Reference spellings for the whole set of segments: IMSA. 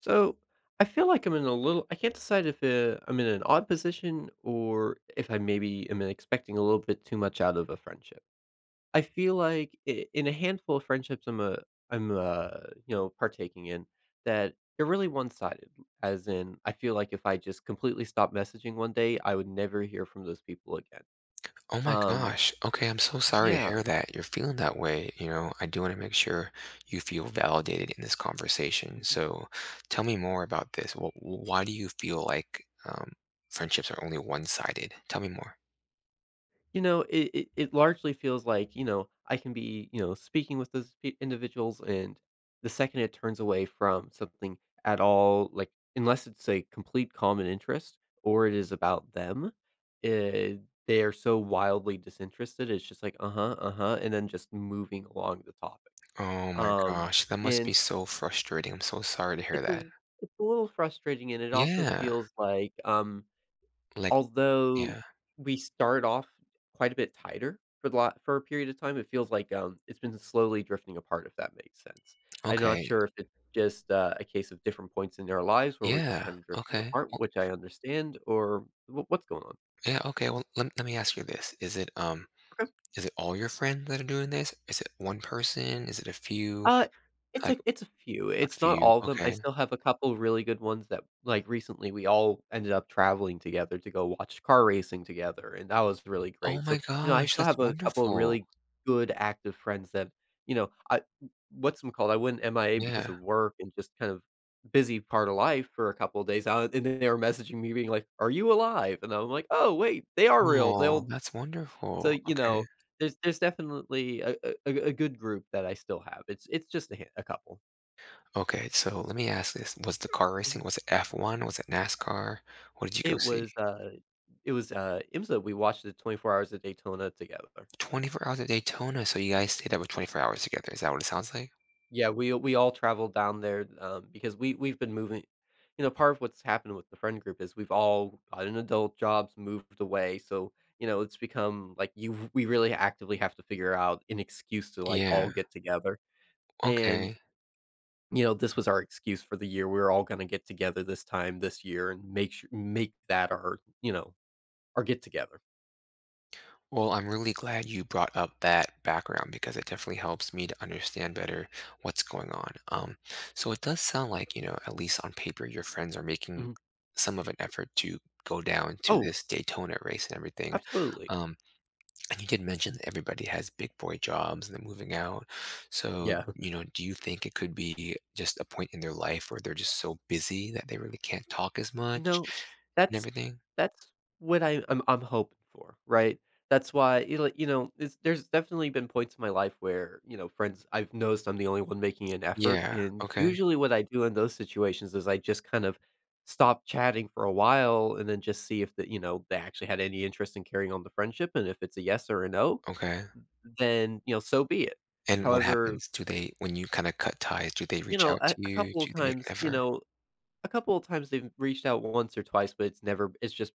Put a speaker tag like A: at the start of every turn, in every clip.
A: So I feel like I'm in a little. I can't decide if I'm in an odd position or if I maybe am expecting a little bit too much out of a friendship. I feel like in a handful of friendships I'm partaking in that they're really one sided. As in, I feel like if I just completely stopped messaging one day, I would never hear from those people again.
B: Oh my
A: Um.
B: gosh. Okay, I'm so sorry to
A: Yeah.
B: hear that. You're feeling that way, I do want to make sure you feel validated in this conversation. So tell me more about this. Why do you feel like friendships are only one-sided? Tell me more.
A: It largely feels like, I can be, speaking with those individuals, and the second it turns away from something at all, like unless it's a complete common interest or it is about them, eh, they are so wildly disinterested. It's just like, uh-huh, uh-huh, and then just moving along the topic.
B: Oh my
A: Um,
B: gosh, that must be
A: and
B: so frustrating. I'm so sorry to hear
A: it's a
B: that.
A: it's a little frustrating, and it also
B: Yeah.
A: feels like,
B: Like,
A: although
B: yeah.
A: we start off quite a bit tighter for the lot for a period of time, it feels like, it's been slowly drifting apart, if that makes sense. I'm not
B: Okay.
A: sure if it's just, a case of different points in our lives where we're just
B: Yeah.
A: kinda drifting
B: Okay.
A: apart,
B: Well,
A: which I understand, or wh what's going on?
B: yeah, okay. Well, let me ask you this. Is it all your friends that are doing this? Is it one person? Is it a few?
A: Uh,
B: Like.
A: it's a few,
B: A
A: it's not
B: few,
A: all of them. I
B: okay.
A: still have a couple really good ones that, like, recently, we all ended up traveling together to go watch car racing together, and that was really
B: Oh
A: great, so,
B: my
A: I
B: gosh,
A: still
B: that's
A: have a couple of
B: wonderful.
A: really good active friends that, you know, I, what's them called, I went MIA because
B: Yeah.
A: of work and just kind of busy part of life for a couple of days, and then they were messaging me being like, "Are you alive?" And I'm like, "Oh, wait, they are real,
B: Oh,
A: they'll."
B: that's
A: So,
B: wonderful. Okay.
A: there's definitely a good group that I still have. It's just a couple.
B: Okay, so let me ask this. Was the car
A: Mhm.
B: racing, was it F1? Was it NASCAR? What did you go
A: It
B: see?
A: was, uh it was IMSA. We watched the 24 Hours of Daytona together.
B: 24 hours of Daytona, so you guys stayed up for 24 hours together. Is that what it sounds like?
A: Yeah, we all traveled down there, because we've been moving. Part of what's happened with the friend group is we've all gotten adult jobs, moved away, so, it's become, like, you we really actively have to figure out an excuse to, like,
B: Yeah.
A: all get together, and,
B: Okay.
A: this was our excuse for the year. We were all gonna get together this time this year and make that our, our get together.
B: Well, I'm really glad you brought up that background because it definitely helps me to understand better what's going on. So it does sound like, you know, at least on paper, your friends are making
A: Mhm.
B: some of an effort to go down to
A: Oh,
B: this Daytona race and everything.
A: absolutely.
B: Um, and you did mention that everybody has big boy jobs and they're moving out. So,
A: Yeah.
B: you know, do you think it could be just a point in their life where they're just so busy that they really can't talk as
A: You
B: much
A: know,
B: and
A: that's
B: everything?
A: that's what I'm hoping for, right? That's why, it's there's definitely been points in my life where, friends, I've noticed I'm the only one making an effort,
B: Yeah.
A: and
B: Okay.
A: usually what I do in those situations is I just kind of stop chatting for a while and then just see if, the they actually had any interest in carrying on the friendship, and if it's a yes or a no,
B: Okay.
A: then, so be it.
B: And what
A: However,
B: happens? Do they when you kinda cut ties, do they reach out to
A: a
B: you?
A: couple of
B: Do they make an
A: times, you
B: effort?
A: know, a couple of times they've reached out once or twice, but it's never it's just.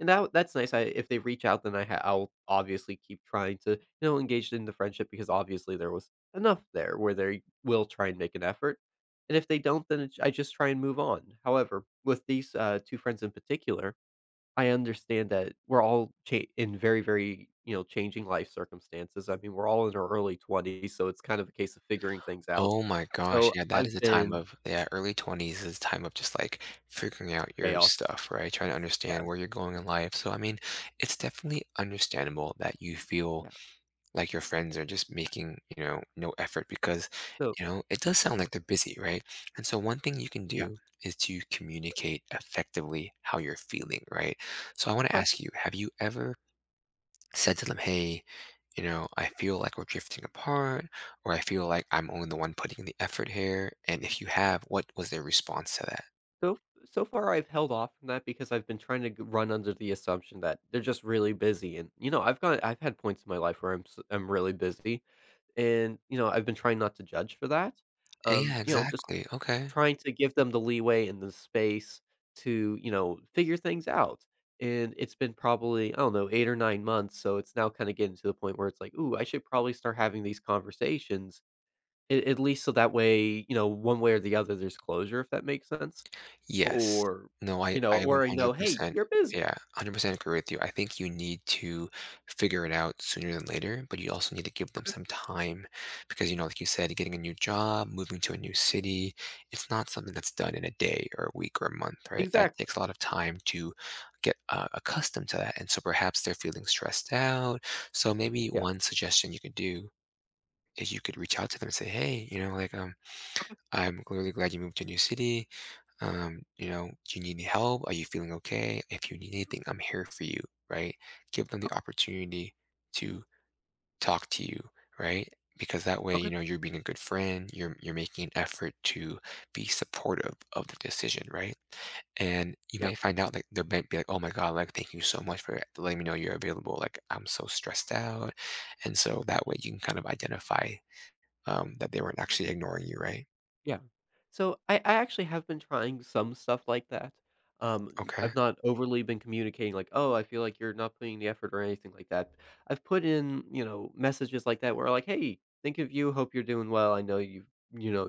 A: And that's nice. I If they reach out, then I'll obviously keep trying to, engage in the friendship, because obviously there was enough there where they will try and make an effort. And if they don't, then, it's I just try and move on. However, with these two friends in particular, I understand that we're all in very, very, changing life circumstances. I mean, we're all in our early 20s, so it's kind of a case of figuring things out.
B: Oh my gosh,
A: So
B: yeah, that is
A: I've
B: a time
A: been
B: of yeah, early 20s is a time of just, like, figuring out your
A: chaos.
B: stuff, right? Trying to understand
A: Yeah.
B: where you're going in life, so, I mean, it's definitely understandable that you feel
A: Yeah.
B: like your friends are just making, you know, no effort because,
A: So,
B: you know, it does
A: yeah.
B: sound like they're busy, right? And so one thing you can
A: Yeah.
B: do is to communicate effectively how you're feeling, right? So I wanna ask you, have you ever said to them, hey, you know, I feel like we're drifting apart, or I feel like I'm only the one putting in the effort here. And if you have, what was their response to that?
A: So so far I've held off from that because I've been trying to run under the assumption that they're just really busy, and, I've had points in my life where I'm I'm really busy, and, I've been trying not to judge for that.
B: Yeah,
A: Just
B: exactly. Okay.
A: trying to give them the leeway and the space to, figure things out, and it's been probably, I don't know, 8 or 9 months, so it's now kind of getting to the point where it's like, ooh, I should probably start having these conversations, at least so that way, one way or the other, there's closure, if that makes sense,
B: Yes.
A: or,
B: No, I
A: you know,
B: I
A: or I know, "Hey,
B: 100%,
A: you're
B: yeah,
A: busy."
B: 100% agree with you. I think you need to figure it out sooner than later, but you also need to give them
A: Okay,
B: some time because, you know, like you said, getting a new job, moving to a new city, it's not something that's done in a day or a week or a month, right? That takes
A: exactly.
B: a lot of time to get accustomed to that. And so perhaps they're feeling stressed out. So maybe
A: Yeah.
B: one suggestion you could do is you could reach out to them and say, hey, you know, like,
A: Okay,
B: I'm really glad you moved to a new city, you know, do you need any help? Are you feeling okay? If you need anything, I'm here for you, right? Give them the
A: okay,
B: opportunity to talk to you, right? Because that way, you
A: okay,
B: know, you're being a good friend, you're making an effort to be supportive of the decision, right? And you
A: yeah.
B: might find out like they might be like, oh my God, like thank you so much for letting me know you're available. Like I'm so stressed out. And so that way you can kind of identify that they weren't actually ignoring you, right?
A: Yeah. So I actually have been trying some stuff like that. Um,
B: Okay.
A: I've not overly been communicating like, oh, I feel like you're not putting the effort or anything like that. I've put in, messages like that, where, like, hey, think of you, hope you're doing well. I know you've, you know,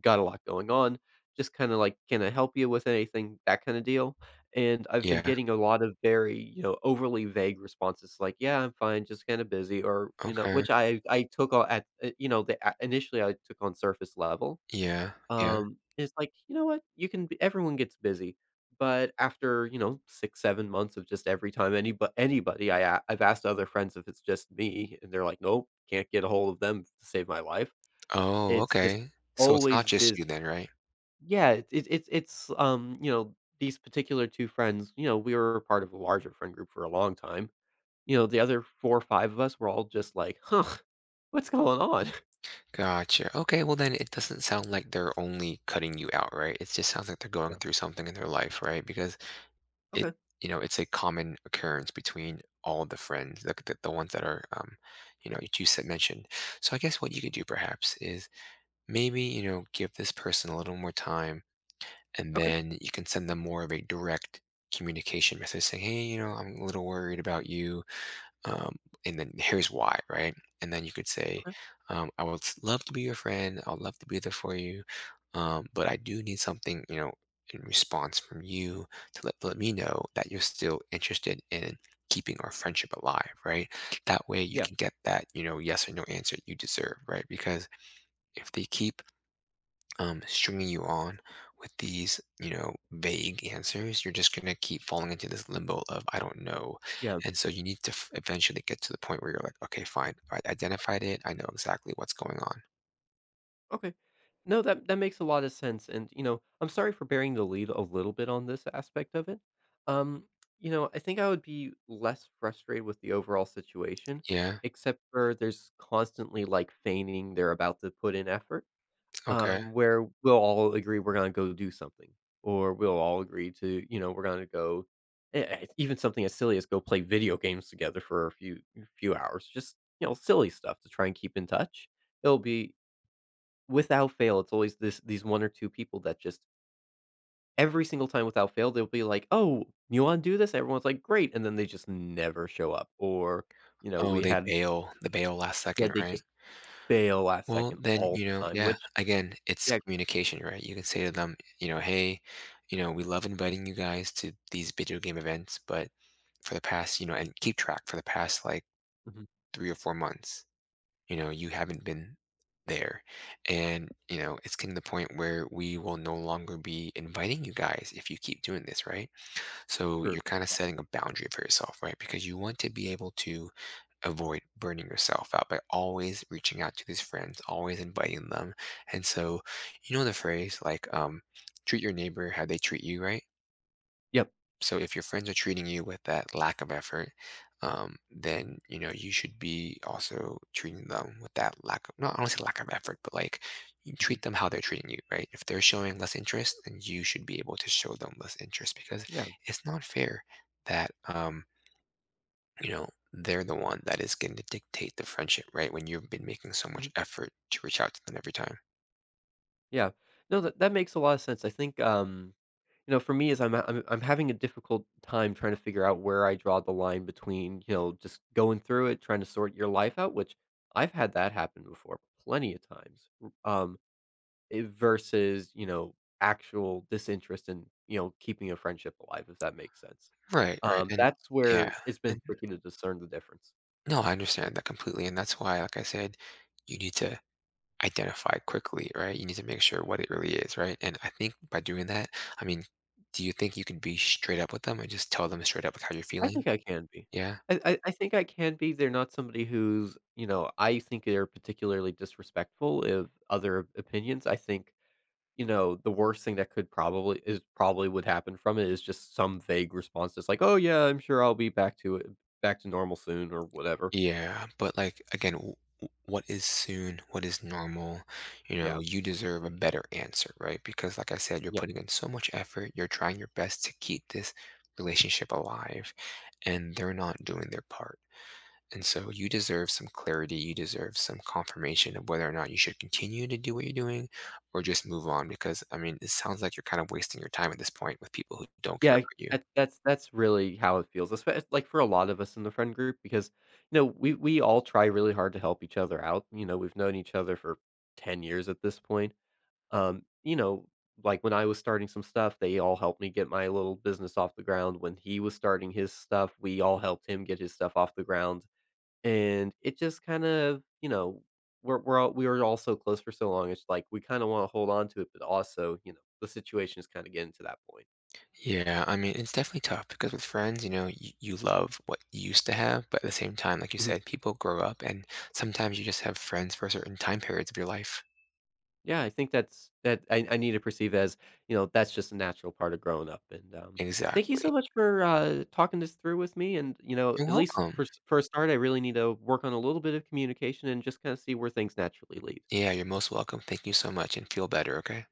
A: got a lot going on. Just kind of like, can I help you with anything? That kind of deal. And I've been
B: Yeah.
A: getting a lot of very, overly vague responses like, yeah, I'm fine, just kind of busy, or,
B: Okay.
A: which I took all at, initially I took on surface level.
B: Yeah. Yeah.
A: It's like, you know what? You can be everyone gets busy, but after, 6, 7 months of just every time, anybody, I've asked other friends if it's just me, and they're like, "Nope, can't get a hold of them to save my life."
B: Oh,
A: It's just
B: okay. So it's not
A: always
B: just you
A: busy.
B: then, right?
A: Yeah, it's, these particular 2 friends, we were part of a larger friend group for a long time. The other 4 or 5 of us were all just like, "Huh, what's going on?"
B: Gotcha. Okay, well then it doesn't sound like they're only cutting you out, right? It just sounds like they're going
A: Yeah.
B: through something in their life, right? Because it,
A: Okay,
B: you know, it's a common occurrence between all the friends, the ones that are, you know, you said mentioned. So I guess what you could do perhaps is maybe, you know, give this person a little more time and
A: okay,
B: then you can send them more of a direct communication message saying, hey, you know, I'm a little worried about you, um, and then here's why, right? And then you could say,
A: okay.
B: love to be your friend. I'd love to be there for you, but I do need something, you know, in response from you to let me know that you're still interested in keeping our friendship alive, right? That way you
A: Yeah,
B: can get that, you know, yes or no answer you deserve, right? Because if they keep stringing you on with these, you know, vague answers, you're just going to keep falling into this limbo of, I don't know.
A: yeah.
B: And so you need to eventually get to the point where you're like, okay, fine. I identified it. I know exactly what's going on.
A: Okay. No, that makes a lot of sense, and, I'm sorry for bearing the lead a little bit on this aspect of it. Um, I think I would be less frustrated with the overall situation,
B: Yeah.
A: except for there's constantly like feigning they're about to put in effort,
B: Okay.
A: where we'll all agree we're gonna go do something, or we'll all agree to, we're gonna go, even something as silly as go play video games together for a few hours, just, silly stuff to try and keep in touch. It'll be Without fail, it's always this these 1 or 2 people that just every single time without fail, they'll be like, "Oh, you wanna do this?" Everyone's like, "Great," and then they just never show up, or, you know,
B: Oh,
A: we
B: they
A: had
B: bail. They bail last
A: yeah,
B: second,
A: they
B: right?
A: just fail last
B: Well,
A: second
B: then,
A: all
B: you know,
A: the time,
B: yeah,
A: which
B: again, it's
A: yeah,
B: communication, right? You can say to them, you know, hey, you know, we love inviting you guys to these video game events, but for the past, you know, and keep track for the past like
A: mhm, mhm,
B: 3 or 4 months, you know you haven't been there, and you know it's getting to the point where we will no longer be inviting you guys if you keep doing this, right? So
A: true.
B: you're kind of setting a boundary for yourself, right? Because you want to be able to avoid burning yourself out by always reaching out to these friends, always inviting them. And so, you know, the phrase like treat your neighbor how they treat you, right?
A: Yep,
B: So if your friends are treating you with that lack of effort, then you know you should be also treating them with that lack of, not I don't say lack of effort, but like you
A: mhm,
B: treat them how they're treating you, right? If they're showing less interest, then you should be able to show them less interest because
A: yeah,
B: it's not fair that, you know, they're the one that is going to dictate the friendship, right? When you've been making so
A: mhm,
B: much effort to reach out to them every time,
A: yeah. No, that makes a lot of sense. I think, for me is I'm having a difficult time trying to figure out where I draw the line between, just going through it, trying to sort your life out, which I've had that happen before plenty of times. It versus, actual disinterest in, keeping a friendship alive, if that makes sense.
B: right? Right, and
A: That's
B: yeah,
A: where it's been
B: and
A: tricky to discern the difference.
B: no, I understand that completely, and that's why, like I said, you need to identify quickly, right? You need to make sure what it really is, right? And I think by doing that, I mean, do you think you can be straight up with them and just tell them straight up like how you're
A: I
B: feeling?
A: think I can be.
B: Yeah.
A: I think I can be. They're not somebody who's, I think, they're particularly disrespectful of other opinions. I think. The worst thing that could probably is probably would happen from it is just some vague response that's like, "Oh, yeah, I'm sure I'll be back to it back to normal soon," or whatever.
B: Yeah, but like again, what is soon? What is normal? You know,
A: Yeah.
B: you deserve a better answer, right? Because like I said, you're
A: Yeah.
B: putting in so much effort, you're trying your best to keep this relationship alive, and they're not doing their part. And so you deserve some clarity. You deserve some confirmation of whether or not you should continue to do what you're doing or just move on. Because, I mean, it sounds like you're kind of wasting your time at this point with people who don't care
A: Yeah,
B: about you.
A: that's really how it feels, especially, like, for a lot of us in the friend group, because, we all try really hard to help each other out. We've known each other for 10 years at this point. Um, you know, like, when I was starting some stuff, they all helped me get my little business off the ground. When he was starting his stuff, we all helped him get his stuff off the ground. And it just kind of, we were all so close for so long. It's like we kind of want to hold on to it, but also, the situation is kind of getting to that point.
B: Yeah, I mean, it's definitely tough because with friends, you know, you love what you used to have, but at the same time, like you
A: Mhm.
B: said, people grow up and sometimes you just have friends for certain time periods of your life.
A: Yeah, I think that's that I need to perceive as, that's just a natural part of growing up. And, thank you
B: Exactly.
A: so much for, talking this through with me. And,
B: You're
A: at least for,
B: welcome.
A: for a start, I really need to work on a little bit of communication and just kind of see where things naturally lead.
B: Yeah, you're most welcome. Thank you so much and feel better, okay?